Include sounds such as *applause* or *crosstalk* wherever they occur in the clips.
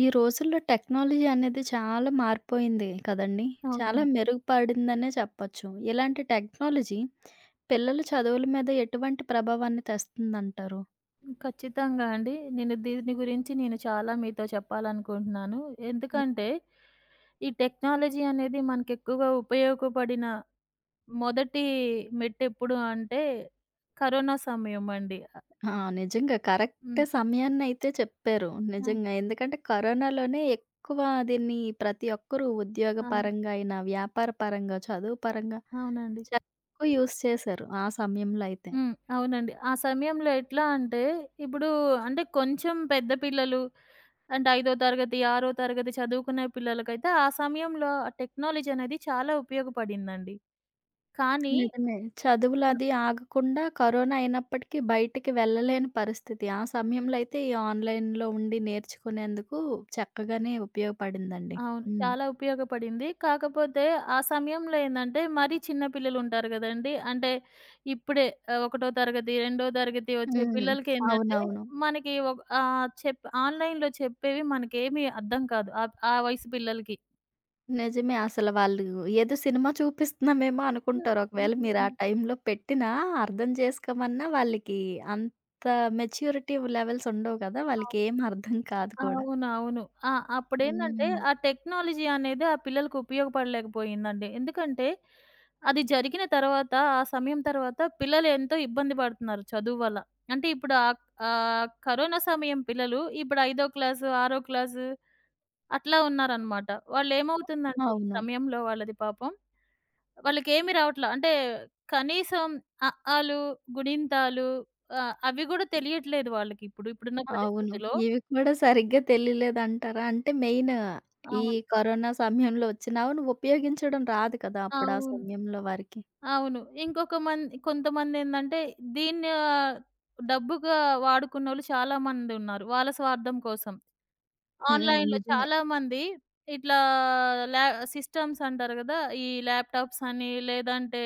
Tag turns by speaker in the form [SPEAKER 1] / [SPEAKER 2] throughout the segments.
[SPEAKER 1] ఈ రోజుల్లో టెక్నాలజీ అనేది చాలా మారిపోయింది కదండీ! చాలా
[SPEAKER 2] అవునండి.
[SPEAKER 1] మెరుగుపడిందనే చెప్పొచ్చు. ఇలాంటి టెక్నాలజీ పిల్లల చదువుల మీద ఎటువంటి ప్రభావాన్ని తెస్తుందంటారు?
[SPEAKER 2] ఖచ్చితంగా అండి. నేను దీని గురించి చాలా మీతో చెప్పాలనుకుంటున్నాను.
[SPEAKER 1] హ్మ్.
[SPEAKER 2] ఎందుకంటే, ఈ టెక్నాలజీ అనేది మనకెక్కువగా ఉపయోగపడిన మొదటి మెట్టెప్పుడు అంటే, కరోనా సమయం అండి.
[SPEAKER 1] ఆ! నిజంగా కరెక్ట్
[SPEAKER 2] హ్మ్.
[SPEAKER 1] సమయాన్నయితే చెప్పారు.
[SPEAKER 2] ఆ!
[SPEAKER 1] నిజంగా. ఎందుకంటే కరోనాలోనే ఎక్కువ దీన్ని ప్రతి ఒక్కరూ ఉద్యోగ
[SPEAKER 2] ఆ!
[SPEAKER 1] పరంగా అయినా, వ్యాపార పరంగా, చదువు పరంగా
[SPEAKER 2] అవునండి.
[SPEAKER 1] చాలా ఎక్కువ యూజ్ చేశారు ఆ సమయంలో అయితే.
[SPEAKER 2] హ్మ్. అవునండి. ఆ సమయంలో ఎట్లా అంటే, ఇప్పుడు అంటే కొంచెం పెద్ద పిల్లలు అంటే, ఐదో తరగతి, ఆరో తరగతి చదువుకునే పిల్లలకైతే ఆ సమయంలో ఆ టెక్నాలజీ అనేది చాలా ఉపయోగపడిందండి. కానీ
[SPEAKER 1] నిజమే. చదువులది ఆగకుండా కరోనా అయినప్పటికీ బయటికి వెళ్ళలేని పరిస్థితి. ఆ సమయంలో అయితే ఈ ఆన్‌లైన్‌లో ఉండి నేర్చుకునేందుకు చక్కగానే ఉపయోగపడిందండి.
[SPEAKER 2] అవును,
[SPEAKER 1] హ్మ్.
[SPEAKER 2] చాలా ఉపయోగపడింది. కాకపోతే ఆ సమయంలో ఏందంటే, మరీ చిన్న పిల్లలుంటారు గదండీ! అంటే ఇప్పుడే ఒకటో తరగతి, రెండో తరగతి వచ్చే
[SPEAKER 1] హ్మ్.
[SPEAKER 2] పిల్లలకేందంటే,
[SPEAKER 1] అవునవును.
[SPEAKER 2] మనకి ఒక్ ఆహ్, చెప్ ఆన్‌లైన్‌లో చెప్పేవి మనకేమీ అర్థం కాదు. ఆ వయసు పిల్లలకి.
[SPEAKER 1] నిజమే. అసలు వాళ్ళు ఏదో సినిమా చూపిస్తున్నామేమో
[SPEAKER 2] హ్మ్.
[SPEAKER 1] అనుకుంటారు. ఒకవేళ మీరు
[SPEAKER 2] హుహుహు.
[SPEAKER 1] ఆ టైంలో పెట్టినా అర్థం చేసుకోమన్నా వాళ్ళకి అంత మెచ్యూరిటీ లెవెల్స్ ఉండవు కదా!
[SPEAKER 2] అవును.
[SPEAKER 1] వాళ్ళకేం అర్థం కాదు కూడా.
[SPEAKER 2] అవునవును. ఆ! అప్పుడేందంటే,
[SPEAKER 1] హ్మ్.
[SPEAKER 2] ఆ టెక్నాలజీ అనేది ఆ పిల్లలకు ఉపయోగపడలేకపోయిందండి. ఎందుకంటే, అది జరిగిన తర్వాత, ఆ సమయం తర్వాత పిల్లలు ఎంతో ఇబ్బంది పడుతున్నారు చదువు వల్ల. అంటే ఇప్పుడు ఆహ్, ఆహ్, కరోనా సమయం పిల్లలు ఇప్పుడు ఐదో క్లాసు, ఆరో క్లాసు అట్లా ఉన్నారనమాట. వాళ్ళేమవుతుందండి ఈ
[SPEAKER 1] అవును.
[SPEAKER 2] సమయంలో వాళ్ళది పాపం, వాళ్ళకేమి రావట్లా. అంటే కనీసం అ, ఆలు, గుణింతాలు అవి గూడా తెలియట్లేదు వాళ్ళకిప్పుడు. ఇప్పుడున్న
[SPEAKER 1] అవును.
[SPEAKER 2] పరిస్థితిలో
[SPEAKER 1] ఇవి కూడా సరిగ్గా తెలియలేదంటారా? అంటే మెయిన్ ఈ
[SPEAKER 2] అవును.
[SPEAKER 1] కరోనా సమయంలో వచ్చిన అవును. ఉపయోగించడం రాదు కదా! అప్పుడు ఆ
[SPEAKER 2] అవును.
[SPEAKER 1] సమయంలో వారికి.
[SPEAKER 2] అవును. ఇంకొక కొంతమందేందంటే దీన్ని డబ్బుగా వాడుకున్నోళ్ళు చాలా మందున్నారు. వాళ్ళ స్వార్థం కోసం.
[SPEAKER 1] హ్మ్.
[SPEAKER 2] ఆన్‌లైన్‌లో
[SPEAKER 1] నిజమే.
[SPEAKER 2] చాలామంది ఇట్లా ల్యా సిస్టమ్స్ అంటారు గదా! ఈ ల్యాప్‌టాప్స్ అని, లేదంటే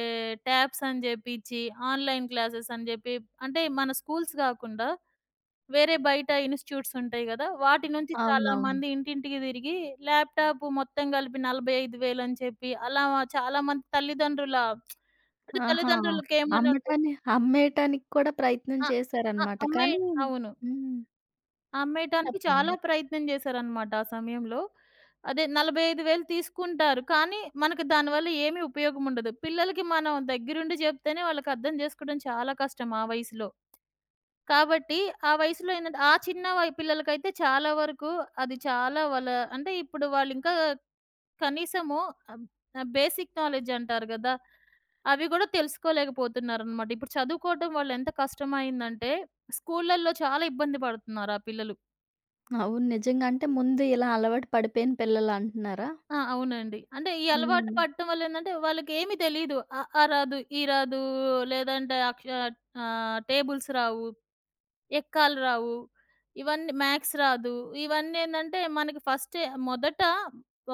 [SPEAKER 2] ట్యాబ్స్ అని జెప్పిచ్చి, ఆన్‌లైన్ క్లాసెస్ అని జెప్పి అంటే మన స్కూల్స్ గాకుండా వేరే బయట ఇన్‌స్టిట్యూట్స్ ఉంటాయి గదా! వాటి నుంచి
[SPEAKER 1] అవునవును.
[SPEAKER 2] చాలామంది ఇంటింటికి తిరిగి ల్యాప్‌టాప్ మొత్తం కలిపి 45,000 అని చెప్పి అలా చాలామంది తల్లిదండ్రుల అంటే
[SPEAKER 1] ఆహా!
[SPEAKER 2] తల్లిదండ్రులకేమని ఉంటుంది.
[SPEAKER 1] అమ్మటాన్ని అమ్మేయటానికి కూడా ప్రయత్నం
[SPEAKER 2] ఆ! ఆ!
[SPEAKER 1] చేశారనమాట. కానీ
[SPEAKER 2] అవును.
[SPEAKER 1] హ్మ్.
[SPEAKER 2] అమ్మేయటానికి
[SPEAKER 1] చెప్పండి.
[SPEAKER 2] చాలా ప్రయత్నం చేశారనమాట ఆ సమయంలో. అదే 45,000 తీసుకుంటారు. కానీ మనకు దానివల్ల ఏమి ఉపయోగం ఉండదు. పిల్లలకి మనం దగ్గరుండి చెప్తేనే వాళ్ళకి అర్థం చేసుకోవడం చాలా కష్టం ఆ వయసులో. కాబట్టి ఆ వయసులో ఏందంటే ఆ చిన్న పిల్లలకైతే చాలా వరకు అది చాలా వాళ్ళ అంటే ఇప్పుడు వాళ్ళింకా కనీసము ఆహ్, ఆహ్, బేసిక్ నాలెడ్జ్ అంటారు గదా! అవి గూడా తెలుసుకోలేకపోతున్నారనమాట. ఇప్పుడు చదువుకోవటం వాళ్ళెంత కష్టమయిందంటే స్కూళ్ళల్లో చాలా ఇబ్బంది పడుతున్నారు ఆ పిల్లలు.
[SPEAKER 1] అవును. నిజంగా. అంటే ముందు ఇలా అలవాటు పడిపోయిన పిల్లలంటున్నారా?
[SPEAKER 2] ఆ! అవునండి. అంటే ఈ అలవాటు
[SPEAKER 1] హ్మ్.
[SPEAKER 2] పడటం వల్లేందంటే వాళ్ళకేమి తెలీదు. అ, ఆ ఆ రాదు, ఈ రాదు లేదంటే టేబుల్స్ రావు. ఎక్కాలు రావు. ఇవన్నీ మ్యాథ్స్ రాదు. ఇవన్నేందంటే మనకి ఫస్టే మొదట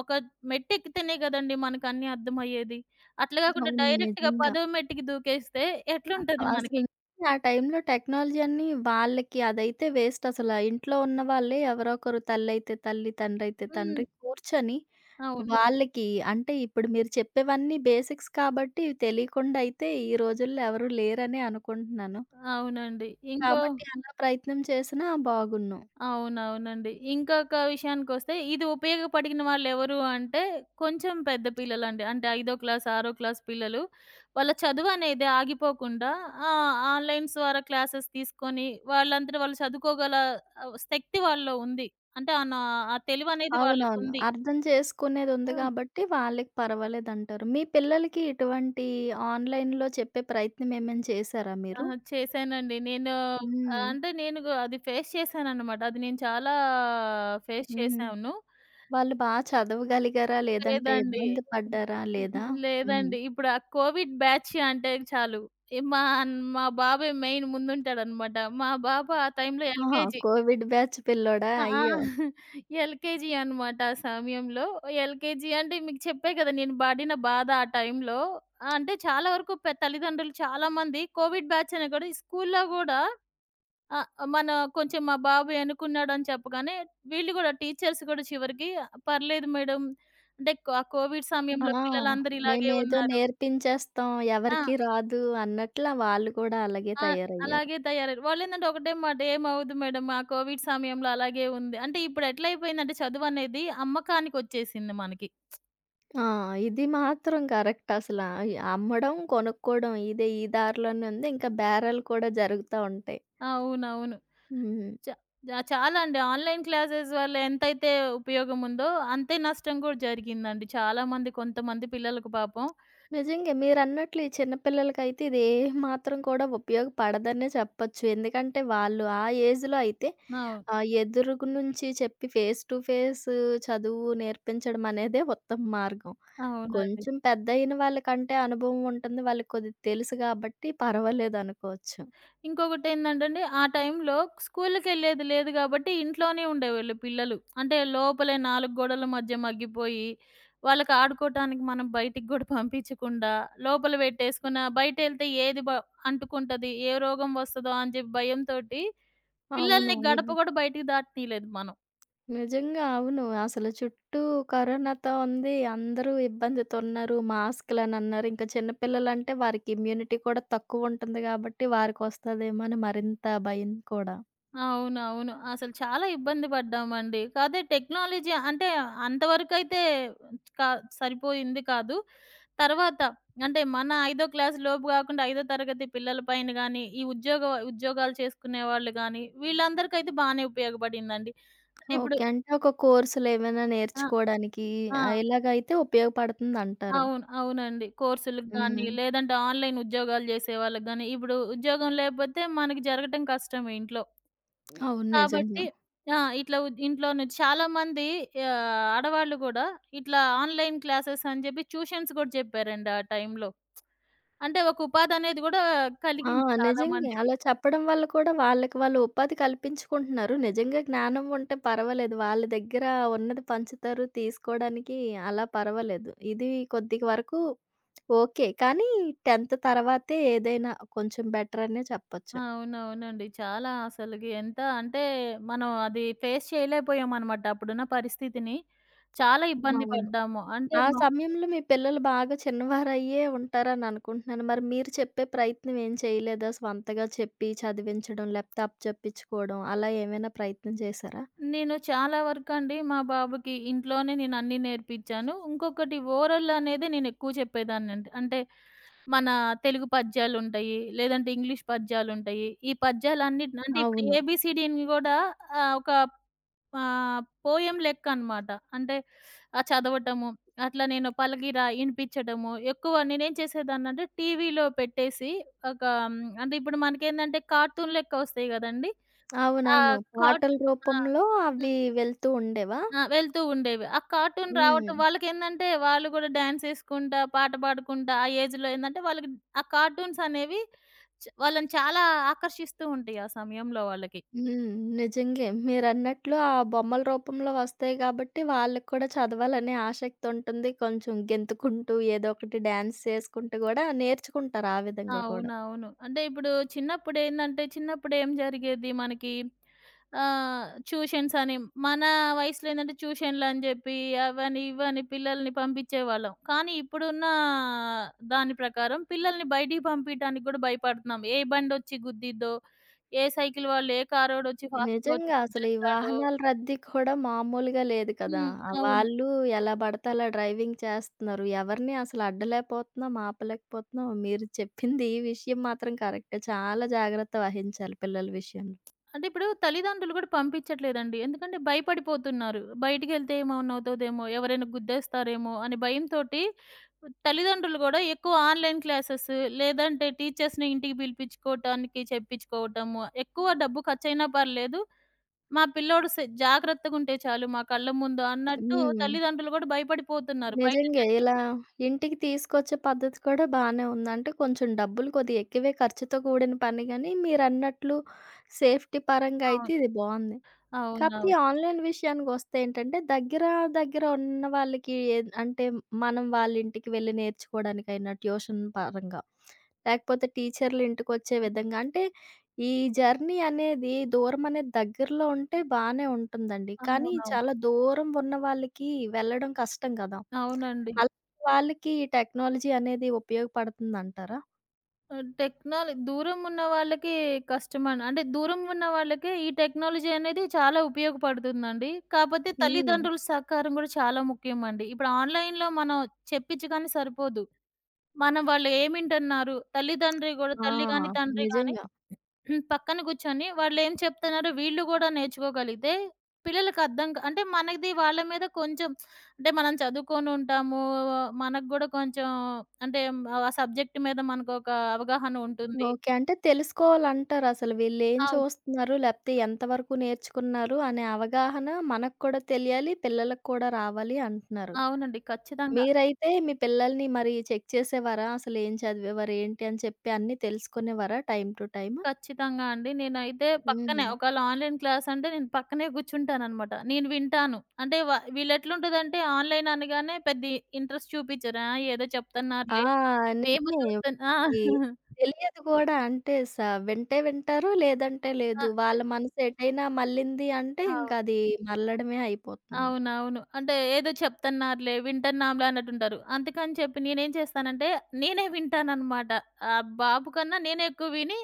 [SPEAKER 2] ఒక మెట్టెక్కితేనే గదండీ మనకన్నీ అర్థమయ్యేది. అట్లా గాకుండా
[SPEAKER 1] అవును.
[SPEAKER 2] డైరెక్ట్‌గా
[SPEAKER 1] నిజంగా.
[SPEAKER 2] పదో మెట్టుకి దూకేస్తే
[SPEAKER 1] అ
[SPEAKER 2] ఎట్లుంటది
[SPEAKER 1] అసలు
[SPEAKER 2] మనకి?
[SPEAKER 1] నిజంగా ఆ టైంలో టెక్నాలజీ అన్నీ వాళ్ళకి అదైతే వేస్ట్ అసల. ఇంట్లో ఉన్న వాళ్ళే ఎవరో ఒకరు తల్లైతే తల్లి, తండ్రయితే
[SPEAKER 2] హ్మ్.
[SPEAKER 1] తండ్రి కూర్చొని
[SPEAKER 2] అవును.
[SPEAKER 1] వాళ్ళకి అంటే ఇప్పుడు మీరు చెప్పేవన్నీ బేసిక్స్ కాబట్టి ఇవి తెలియకుండా అయితే ఈ రోజుల్లో ఎవరు లేరనే అనుకుంటున్నాను.
[SPEAKER 2] అవునండి. ఇంకో
[SPEAKER 1] కాబట్టి అలా ప్రయత్నం చేసినా బాగున్ను.
[SPEAKER 2] అవునవునండి. ఇంకొక విషయానికొస్తే ఇది ఉపయోగపడిన వాళ్ళెవరు అంటే, కొంచెం పెద్ద పిల్లలండి. అంటే, ఐదో క్లాస్, ఆరో క్లాస్ పిల్లలు. వాళ్ళ చదువనేది ఆగిపోకుండా ఆన్‌లైన్స్ ద్వారా క్లాసెస్ తీసుకొని, వాళ్ళంతట వాళ్ళు చదువుకోగల శక్తి వాళ్ళలో ఉంది. అంటే, ఆ తెలివనేది
[SPEAKER 1] అవునవును.
[SPEAKER 2] వాళ్ళకుంది.
[SPEAKER 1] అర్థం చేసుకునేదుంది
[SPEAKER 2] హ్మ్.
[SPEAKER 1] కాబట్టి వాళ్ళకి పర్వాలేదంటారు. మీ పిల్లలకి ఇటువంటి ఆన్‌లైన్‌లో చెప్పే ప్రయత్నం ఏమైనా చేశారా
[SPEAKER 2] ఆ!
[SPEAKER 1] మీరు?
[SPEAKER 2] చేశానండి. నేను
[SPEAKER 1] హ్మ్.
[SPEAKER 2] అంటే, నేను గు అది ఫేస్ చేశాననమాట. అది నేను చాలా ఫేస్
[SPEAKER 1] హ్మ్.
[SPEAKER 2] చేశాను.
[SPEAKER 1] వాళ్ళు బా చదవగలిగారా? లేదంటే
[SPEAKER 2] లేదండి.
[SPEAKER 1] ఇబ్బంది పడ్డారా? లేదా? హ్మ్.
[SPEAKER 2] లేదండి. ఇప్పుడు ఆ కోవిడ్ బ్యాచ్ అంటే చాలు. ఏ మా అన్ మా బాబే మెయిన్ ముందుంటాడనమాట. మా బాబు ఆ టైంలో
[SPEAKER 1] ఆహా!
[SPEAKER 2] ఎల్‌కేజీ.
[SPEAKER 1] కోవిడ్ బ్యాచ్ పిల్లోడా?
[SPEAKER 2] ఆ!
[SPEAKER 1] అయ్యో!
[SPEAKER 2] ఆ! ఎల్‌కేజీ అనమాట ఆ సమయంలో. ఎల్‌కేజీ అంటే మీకు చెప్పా కదా! నేను పడిన బాధ ఆ టైంలో. అంటే చాలా వరకు తల్లిదండ్రులు చాలామంది కోవిడ్ బ్యాచ్ అనే కూడా ఈ స్కూల్లో గూడా ఆ! మన కొంచెం మా బాబు ఎనుకున్నాడని చెప్పగానే, వీళ్ళు గూడా టీచర్స్ గూడా చివరికి పర్లేదు మేడం. అంటే ఆ కోవిడ్ సమయంలో
[SPEAKER 1] ఆ!
[SPEAKER 2] *laughs* పిల్లలందరూ ఇలాగే
[SPEAKER 1] మేమేదో
[SPEAKER 2] ఉన్నారు.
[SPEAKER 1] నేర్పించేస్తాం.
[SPEAKER 2] ఆ!
[SPEAKER 1] ఎవరికీ రాదు అన్నట్ల వాళ్ళు కూడా అలాగే
[SPEAKER 2] ఆ!
[SPEAKER 1] తయారయ్యారు.
[SPEAKER 2] అలాగే తయారయ్యారు. వాళ్ళేందంటే ఒకటే మాట "ఏమవ్వదు మేడం ఆ కోవిడ్ సమయంలో అలాగే ఉంది." అంటే ఇప్పుడు ఎట్లయిపోయిందంటే చదువనేది అమ్మకానికొచ్చేసింది మనకి.
[SPEAKER 1] ఆ! ఇది మాత్రం కరెక్ట్ అసల. ఆహ్, అమ్మడం, కొనుక్కోవడం ఇదే ఈ దారిలోనే ఉంది. ఇంకా బేరాలు కూడా జరుగుతా ఉంటాయి.
[SPEAKER 2] అవునవును.
[SPEAKER 1] హ్మ్.
[SPEAKER 2] చ చ చాలా అండి. ఆన్‌లైన్ క్లాసెస్ వల్ల ఎంతైతే ఉపయోగం ఉందో, అంతే నష్టం గూడా జరిగిందండి. చాలా మంది కొంతమంది పిల్లలకు పాపం
[SPEAKER 1] నిజంగే మీరన్నట్లు ఈ చిన్న పిల్లలకైతే ఇది ఏ మాత్రం కూడా ఉపయోగపడదనే చెప్పొచ్చు. ఎందుకంటే వాళ్ళు ఆ ఏజ్‌లో అయితే
[SPEAKER 2] అవును.
[SPEAKER 1] ఆ! ఎదురుగు నుంచి చెప్పి ఫేస్ టు ఫేస్ చదువు నేర్పించడం అనేదే ఉత్తమ మార్గం.
[SPEAKER 2] అవునండి.
[SPEAKER 1] కొంచెం పెద్దయిన వాళ్ళకంటే అనుభవం ఉంటుంది. వాళ్ళకి కొద్దిగా తెలుసు గాబట్టి పర్వాలేదనుకోవచ్చు.
[SPEAKER 2] ఇంకొకటేందంటండి, ఆ టైంలో స్కూలుకెళ్ళేది లేదు గాబట్టి, ఇంట్లోనే ఉండేవోళ్ళు పిల్లలు. అంటే లోపలే 4 గోడల మధ్య మగ్గిపోయి, వాళ్ళకి ఆడుకోటానికి మనం బయటికి గూడా పంపించకుండా, లోపల పెట్టేసుకున్న బయటెళ్తే ఏది బ అంటుకుంటది, ఏ రోగం వస్తదో అని జెప్పి భయంతోటి
[SPEAKER 1] అవును.
[SPEAKER 2] పిల్లల్ని గడప
[SPEAKER 1] ఇది
[SPEAKER 2] గూడా బయటికి దాటనీయలేదు మనం.
[SPEAKER 1] నిజంగా అవును. అసలు చుట్టూ కరోనాతో ఉంది. అందరూ ఇబ్బందితున్నారు. మాస్కులనన్నారు. ఇంకా చిన్న పిల్లలంటే వారికి ఇమ్యూనిటీ కూడా తక్కువుంటుంది గాబట్టి వారికొస్తదేమో అని మరింత భయం కూడా.
[SPEAKER 2] అవునవును. అసలు చాలా ఇబ్బంది పడ్డామండి. కాదే టెక్నాలజీ అంటే, అంతవరకైతే కా సరిపోయింది కాదు. తర్వాత అంటే మన ఐదో క్లాస్ లోపు గాకుండా, ఐదో తరగతి పిల్లల పైన గానీ, ఈ ఉద్యోగ ఉద్యోగాలు చేసుకునే వాళ్ళు గానీ, వీళ్ళందరికైతే బానే ఉపయోగపడిందండి. అంటే ఇప్పుడు
[SPEAKER 1] ఓకే. అంటే ఒక కోర్సులేమైనా
[SPEAKER 2] ఆ!
[SPEAKER 1] నేర్చుకోవడానికి
[SPEAKER 2] ఆ!
[SPEAKER 1] ఇలాగైతే ఉపయోగపడుతుందంటారు.
[SPEAKER 2] అవును. అవునండి. కోర్సులకు గానీ,
[SPEAKER 1] హ్మ్.
[SPEAKER 2] లేదంటే ఆన్‌లైన్ ఉద్యోగాలు జేసేవాళ్ళకి గానీ, ఇప్పుడు ఉద్యోగం లేపోతే మనకి జరగటం కష్టమే ఇంట్లో.
[SPEAKER 1] అవును. నిజంగా.
[SPEAKER 2] కాబట్టి ఆ! ఇట్లా ఇంట్లో నుంచి చాలామంది ఆడవాళ్ళు గూడా ఇట్లా ఆన్‌లైన్ క్లాసెస్ అని జెప్పి ట్యూషన్స్ గూడా జెప్పారండి ఆ టైంలో. అంటే ఒక ఉపాధనేది గూడా
[SPEAKER 1] ఆ!
[SPEAKER 2] కలిగింది చాలా
[SPEAKER 1] నిజంగే.
[SPEAKER 2] మందికి.
[SPEAKER 1] అలా చెప్పడం వల్ల కూడా వాళ్ళకి వాళ్ళు ఉపాధి కల్పించుకుంటున్నారు. నిజంగా జ్ఞానం ఉంటే పర్వాలేదు. వాళ్ళ దగ్గర ఉన్నది పంచుతారు తీసుకోవడానికి అలా పర్వాలేదు. ఇది కొద్ది వరకు ఓకే. కానీ 10థ్ తర్వాతే ఏదైనా కొంచెం బెటర్ అనే చెప్పొచ్చు.
[SPEAKER 2] అవునవునండి. చాలా అసలకి ఎంత అంటే, మనం అది ఫేస్ చేయలేకపోయామనమాట అప్పుడున్న పరిస్థితిని. చాలా ఇబ్బంది
[SPEAKER 1] అవును.
[SPEAKER 2] పడ్డాము. అంటే
[SPEAKER 1] ఆ సమయంలో మీ పిల్లలు బాగా చిన్నవారయ్యే ఉంటారని అనుకుంటున్నాను. మరి మీరు చెప్పే ప్రయత్నం ఏం చేయలేదా? స్వంతగా చెప్పి చదివించడం లేకపోతే అప్పచెప్పించుకోవడం అలా ఏమైనా ప్రయత్నం చేశారా?
[SPEAKER 2] నేను చాలా వరకండి మా బాబుకి ఇంట్లోనే నేను అన్నీ నేర్పించాను. ఇంకొకటి ఓరల్ అనేది నేను ఎక్కువ చెప్పేదాన్నండి. అంటే అంటే మన తెలుగు పద్యాలుంటయి, లేదంటే ఇంగ్లీష్ పద్యాలుంటయి. ఈ పద్యాలన్నిటిని అంటే ఇప్పుడు
[SPEAKER 1] అవును.
[SPEAKER 2] ఏబీసీడీని గూడా ఒక పోయెం లెక్కనమాట. అంటే చదవటము, అట్లా నేను పలగిరా ఇనిపించడము, ఎక్కువ నేనేం చేసేదాన్నంటే టీవీలో పెట్టేసి ఒక అంటే ఇప్పుడు మనకేందంటే కార్టూన్ లెక్క వస్తాయి గదండీ! ఆ!
[SPEAKER 1] అవునవును.
[SPEAKER 2] కార్ట్
[SPEAKER 1] పాటల
[SPEAKER 2] ఆ!
[SPEAKER 1] రూపంలో అవి
[SPEAKER 2] హ్మ్.
[SPEAKER 1] వెళ్తూ ఉండేవా?
[SPEAKER 2] ఆ! వెళ్తూ ఉండేవి. ఆ కార్టూన్ రావటం
[SPEAKER 1] హ్మ్.
[SPEAKER 2] వాళ్ళకేందంటే వాళ్ళు గూడా డాన్సేసుకుంటా, పాట పాడుకుంటా ఆ ఏజ్‌లో ఏందంటే వాళ్ళకి ఆ కార్టూన్స్ అనేవి వాళ్ళని చాలా ఆకర్షిస్తూ ఉంటాయి ఆ సమయంలో వాళ్ళకి.
[SPEAKER 1] హ్మ్. నిజంగే. మీరన్నట్లు ఆ బొమ్మల రూపంలో వస్తాయి కాబట్టి వాళ్ళకి కూడా చదవాలనే ఆసక్తి ఉంటుంది. కొంచెం గెంతుకుంటూ ఏదో ఒకటి డాన్స్ చేసుకుంటూ గూడా నేర్చుకుంటారు ఆ విధంగా కూడా.
[SPEAKER 2] అవునవును. అంటే ఇప్పుడు చిన్నప్పుడేందంటే, చిన్నప్పుడేం జరిగేది మనకి ట్యూషన్స్ అని మన వయసులో ఏందంటే ట్యూషన్‌లని జెప్పి, అవని, ఇవని పిల్లల్ని పంపించేవాళ్ళం. కానీ ఇప్పుడున్న దాని ప్రకారం పిల్లల్ని బయటికి పంపియటానికి గూడా భయపడుతున్నాం. ఏ బండొచ్చి గుద్దిద్దో, ఏ సైకిల్ వాళ్ళు, ఏ కారోడొచ్చి ఫాస్ట్‌గా వచ్చి
[SPEAKER 1] నిజంగా. అసలు ఈ
[SPEAKER 2] గుద్దేస్తాడో.
[SPEAKER 1] వాహనాల రద్దీ కూడా మామూలుగా లేదు కదా!
[SPEAKER 2] హ్మ్. అవును.
[SPEAKER 1] వాళ్ళు ఎలా పడితే అలా డ్రైవింగ్ చేస్తున్నారు. ఎవరిని అసలు అడ్డలేకపోతున్నాం, ఆపలేకపోతున్నాం. మీరు చెప్పింది ఈ విషయం మాత్రం కరెక్టే. చాలా జాగ్రత్త వహించాలి పిల్లల విషయంలో.
[SPEAKER 2] అంటే ఇప్పుడు తల్లిదండ్రులు కూడా పంపించట్లేదండి. ఎందుకంటే భయపడిపోతున్నారు. బయటికెళ్తే ఏమన్నా అవుతదేమో, ఎవరైనా గుద్దేస్తారేమో అనే భయంతోటి తల్లిదండ్రులు గూడా ఎక్కువ ఆన్‌లైన్ క్లాసెస్ లేదంటే టీచర్స్‌ని ఇంటికి పిలిపించుకోవటానికి చెప్పించుకోవటము. ఎక్కువ డబ్బు ఖర్చయినా పర్లేదు. మా పిల్లోడు జాగ్రత్తగుంటే చాలు మా కళ్ళ ముందు అన్నట్టు
[SPEAKER 1] హ్మ్.
[SPEAKER 2] తల్లిదండ్రులు గూడా భయపడిపోతున్నారు. బయట
[SPEAKER 1] నిజంగే. ఇలా
[SPEAKER 2] జరిగేవి.
[SPEAKER 1] ఇంటికి తీసుకొచ్చే పద్ధతి కూడా బానే ఉంది. అంటే కొంచెం డబ్బులు కొద్దిగా ఎక్కువే ఖర్చుతో కూడిన పని గాని మీరన్నట్లు సేఫ్టీ పరంగా అయితే
[SPEAKER 2] అవును.
[SPEAKER 1] ఇది బావుంది. కాపోతే ఈ
[SPEAKER 2] అవునవును.
[SPEAKER 1] ఆన్‌లైన్ విషయానికొస్తే ఏంటంటే, దగ్గర దగ్గర ఉన్న వాళ్ళకి ఏద్ అంటే, మనం వాళ్ళింటికి వెళ్లి నేర్చుకోవడానికైనా ట్యూషన్ పరంగా, లేకపోతే టీచర్లు ఇంటికొచ్చే విధంగా అంటే, ఈ జర్నీ అనేది దూరమనేది దగ్గరలో ఉంటే బానే ఉంటుందండి. కానీ
[SPEAKER 2] అవునవును.
[SPEAKER 1] చాలా దూరం ఉన్న వాళ్ళకి వెళ్ళడం కష్టం కదా!
[SPEAKER 2] అవునండి.
[SPEAKER 1] అలాంటి వాళ్ళకి ఈ టెక్నాలజీ అనేది ఉపయోగపడుతుందంటారా?
[SPEAKER 2] ఆహ్, టెక్నాల దూరం ఉన్న వాళ్ళకి కష్టమని అంటే దూరం ఉన్న వాళ్ళకే ఈ టెక్నాలజీ అనేది చాలా ఉపయోగపడుతుందండి. కాపోతే
[SPEAKER 1] హ్మ్.
[SPEAKER 2] తల్లిదండ్రుల సహకారం గూడా చాలా ముఖ్యమండి. ఇప్పుడు ఆన్‌లైన్‌లో మనం చెప్పించగానే సరిపోదు. మనం వాళ్ళు ఏమి వింటున్నారు, తల్లిదండ్రి గూడా
[SPEAKER 1] ఆ!
[SPEAKER 2] తల్లి గాని, తండ్రి గాని
[SPEAKER 1] నిజంగా.
[SPEAKER 2] పక్కన కూర్చొని వాళ్ళేం చెప్తున్నారో వీళ్ళు గూడా నేర్చుకోగలిగితే పిల్లలకి అర్థం కా అంటే మనది వాళ్ళ మీద కొంచెం అంటే మనం చదువుకొనుంటాము. మనకు గూడా కొంచెం అంటే ఆ సబ్జెక్ట్ మీద మనకొక అవగాహన ఉంటుంది.
[SPEAKER 1] ఓకే. అంటే తెలుసుకోవాలంటారసలు. వీళ్ళేం
[SPEAKER 2] అవును.
[SPEAKER 1] చూస్తున్నారు, లేపోతే ఎంతవరకు నేర్చుకున్నారు అనే అవగాహన మనకు కూడా తెలియాలి, పిల్లలకు కూడా రావాలి అంటున్నారు.
[SPEAKER 2] అవునండి. ఖచ్చితంగా.
[SPEAKER 1] మీరైతే మీ పిల్లల్ని మరి చెక్ చేసేవారా? అసలేం చదివేవారు, ఏంటి అని చెప్పి అన్నీ తెలుసుకునేవారా టైమ్ టు టైమ్?
[SPEAKER 2] ఖచ్చితంగా అండి. నేనైతే పక్కనే
[SPEAKER 1] హ్మ్.
[SPEAKER 2] ఒకవేళ ఆన్‌లైన్ క్లాస్ అంటే నేను పక్కనే కూర్చుంటాననమాట. నేను వింటాను. అంటే వ వీళ్ళెట్లుంటదంటే ఆన్‌లైన్ అనగానే పెద్ద ఇంట్రెస్ట్ చూపిచ్చరు. ఆ! ఏదో
[SPEAKER 1] ఆ!
[SPEAKER 2] చెప్తున్నారులే. మేము
[SPEAKER 1] నిజమే.
[SPEAKER 2] చూస్తున్నా
[SPEAKER 1] ఈ తెలియదు కూడా. అంటే స వింటే వింటారు, లేదంటే
[SPEAKER 2] ఆ!
[SPEAKER 1] లేదు. వాళ్ళ మనసు ఎటైనా మళ్ళింది అంటే
[SPEAKER 2] ఆ!
[SPEAKER 1] ఇంకది మళ్ళడమే అయిపోతుంది.
[SPEAKER 2] అవునవును. అంటే ఏదో చెప్తన్నారులే, వింటన్నాంలే అన్నట్టుంటారు. అందుకని చెప్పి నేనేం చేస్తానంటే, నేనే వింటాననమాట. ఆ బాబు కన్నా నేనే ఎక్కువ విని,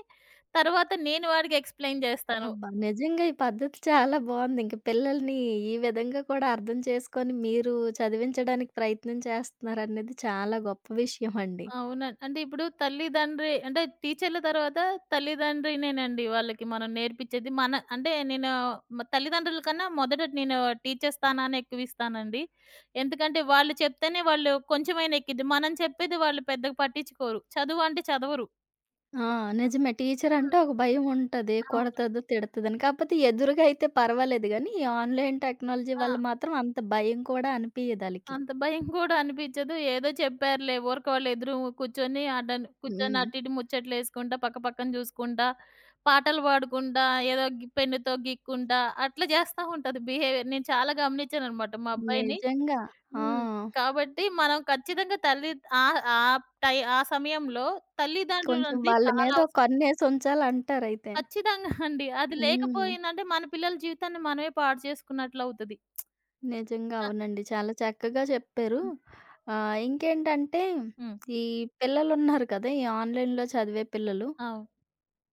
[SPEAKER 2] తర్వాత నేను వాడికి ఎక్స్‌ప్లెయిన్ జేస్తాను.
[SPEAKER 1] అబ్బా! నిజంగా ఈ పద్ధతి చాలా బావుంది. ఇంక పిల్లల్ని ఈ విధంగా కూడా అర్థం చేసుకొని మీరు చదివించడానికి ప్రయత్నం చేస్తున్నారనేది చాలా గొప్ప విషయం అండి.
[SPEAKER 2] అవునండి. అంటే ఇప్పుడు తల్లిదండ్రి అంటే టీచర్ల తర్వాత తల్లిదండ్రినేనండి వాళ్ళకి మనం నేర్పిచ్చేది. మన అంటే నేను తల్లిదండ్రుల కన్నా మొదట నేను టీచర్ స్థానాన్ని ఎక్కువిస్తానండి. ఎందుకంటే వాళ్ళు చెప్తేనే వాళ్ళు కొంచెమైనా ఎక్కిద్ది. మనం చెప్పేది వాళ్ళు పెద్దగా పట్టించుకోరు. చదువు అంటే చదవరు.
[SPEAKER 1] ఆ! నిజమే. టీచర్
[SPEAKER 2] హ్మ్.
[SPEAKER 1] అంటే ఒక భయం ఉంటది.
[SPEAKER 2] అవును.
[SPEAKER 1] కొడతదో, తిడతదని. కాకపోతే ఎదురుగా అయితే పర్వాలేదు గానీ, ఈ ఆన్‌లైన్ టెక్నాలజీ
[SPEAKER 2] ఆ!
[SPEAKER 1] వల్ల మాత్రం అంత భయం కూడా అనిపియదు ఆళ్ళకి.
[SPEAKER 2] అంత భయం గూడా అనిపిచ్చదు. ఏదో చెప్పారులే. ఊరక వాళ్ళు ఎదురు కూర్చొని అటన్ కూర్చొని
[SPEAKER 1] హ్మ్.
[SPEAKER 2] అటు ఇటు ముచ్చట్లేసుకుంటా, పక్క పక్కన జూసుకుంటా, పాటలు పాడుకుంటా, ఏదో పెన్నుతో గీక్కుంటా అట్లా జేస్తా ఉంటది బిహేవియర్. నేను చాలా గమనించాననమాట మా అబ్బాయిని.
[SPEAKER 1] నిజంగా. ఆ!
[SPEAKER 2] హ్మ్. కాబట్టి మనం ఖచ్చితంగా తల్లి ఆ ఆ టై ఆ సమయంలో
[SPEAKER 1] కొంచెం
[SPEAKER 2] తల్లిదండ్రులనేది
[SPEAKER 1] వాళ్ళ
[SPEAKER 2] చాలా
[SPEAKER 1] మీద
[SPEAKER 2] అవసరం.
[SPEAKER 1] కన్నేసుంచాలంటారైతే.
[SPEAKER 2] ఖచ్చితంగా అండి. అది
[SPEAKER 1] హ్మ్.
[SPEAKER 2] లేకపోయిందంటే మన పిల్లల జీవితాన్ని మనమే పాడు చేసుకున్నట్లవుతది.
[SPEAKER 1] నిజంగా
[SPEAKER 2] ఆ!
[SPEAKER 1] అవునండి. చాలా చక్కగా చెప్పారు.
[SPEAKER 2] హ్మ్.
[SPEAKER 1] ఇంకేంటంటే
[SPEAKER 2] హ్మ్.
[SPEAKER 1] ఈ పిల్లలున్నారు కదా! ఈ ఆన్‌లైన్‌లో చదివే పిల్లలు.
[SPEAKER 2] అవును.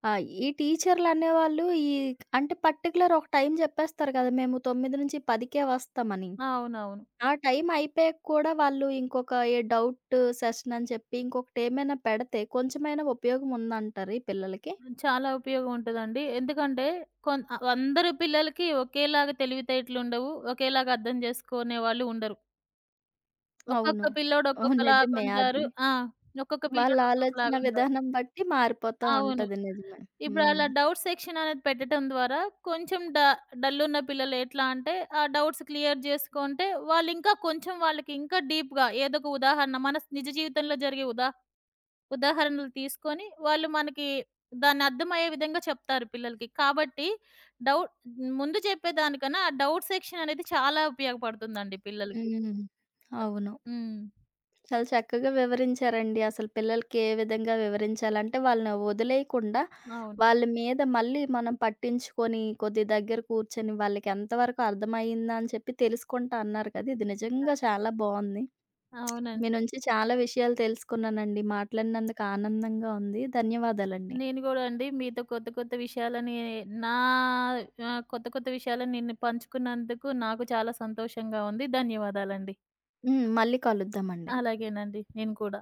[SPEAKER 1] ఈ టీచర్‌లనేవాళ్ళు ఈ అంటే పర్టిక్యులర్ ఒక టైం చెప్పేస్తారు కదా! మేము 9-10కే వస్తామని.
[SPEAKER 2] అవునవును.
[SPEAKER 1] ఆ టైం అయిపోయాక కూడా వాళ్ళు ఇంకొక ఏ డౌట్ సెషన్ అని చెప్పి ఇంకొకటేమైనా పెడితే కొంచెమైనా ఉపయోగం ఉందంటారా ఈ పిల్లలకి?
[SPEAKER 2] చాలా ఉపయోగం ఉంటదండి. ఎందుకంటే అందరి పిల్లలకి ఒకేలాగా తెలివితేటలుండవు. ఒకేలాగా అర్థం చేసుకునేవాళ్ళు ఉండరు. ఒక్కొక్క
[SPEAKER 1] అవును.
[SPEAKER 2] పిల్లోడు
[SPEAKER 1] ఓహ్! నిజమే అది.
[SPEAKER 2] ఒక్కొక్కలాగుంటారు. ఆ! ఒక్కొక్క
[SPEAKER 1] వాళ్ళ
[SPEAKER 2] పిల్లోడు
[SPEAKER 1] ఆలోచన
[SPEAKER 2] ఒక్కొక్కలాగుంటారు.
[SPEAKER 1] విధానం బట్టి మారిపోతా
[SPEAKER 2] అవును.
[SPEAKER 1] ఉంటది. నిజమే.
[SPEAKER 2] ఇప్పుడు అలా
[SPEAKER 1] హ్మ్.
[SPEAKER 2] డౌట్ సెక్షన్ అనేది పెట్టడం ద్వారా కొంచెం డల్లున్న పిల్లలు ఎట్లా అంటే ఆ డౌట్స్ క్లియర్ చేసుకుంటే వాళ్ళింకా కొంచెం వాళ్ళకి ఇంకా డీప్‌గా ఏదో ఒక ఉదాహరణ మన నిజ జీవితంలో జరిగే ఉదాహరణలు తీసుకొని, వాళ్ళు మనకి దాన్ని అర్థమయ్యే విధంగా చెప్తారు పిల్లలకి. కాబట్టి డౌట్ ముందు చెప్పేదానికన్నా, ఆ డౌట్ సెక్షన్ అనేది చాలా ఉపయోగపడుతుందండి పిల్లలకి.
[SPEAKER 1] హ్మ్. అవును.
[SPEAKER 2] హ్మ్.
[SPEAKER 1] చాలా చక్కగా వివరించారండి. అసలు పిల్లలకి ఏ విధంగా వివరించాలంటే వాళ్ళని వదిలేయకుండా,
[SPEAKER 2] అవును.
[SPEAKER 1] వాళ్ళ మీద మళ్ళీ మనం పట్టించుకొని, కొద్ది దగ్గర కూర్చొని వాళ్ళకి ఎంతవరకు అర్థమయ్యిందా అని చెప్పి తెలుసుకుంటా అన్నారు కదా! ఇది నిజంగా చాలా బావుంది. మీ
[SPEAKER 2] అవునండి.
[SPEAKER 1] నుంచి చాలా విషయాలు తెలుసుకున్నానండి. మాట్లాడినందుకు ఆనందంగా ఉంది. ధన్యవాదాలండి.
[SPEAKER 2] నేను గూడా అండి మీతో కొత్త, కొత్త విషయాలని నా కొత్త, కొత్త విషయాలని నేను పంచుకున్నందుకు నాకు చాలా సంతోషంగా ఉంది. ధన్యవాదాలండి.
[SPEAKER 1] హ్మ్. మళ్ళీ కలుద్దామండి.
[SPEAKER 2] అలాగేనండి. నేను కూడా.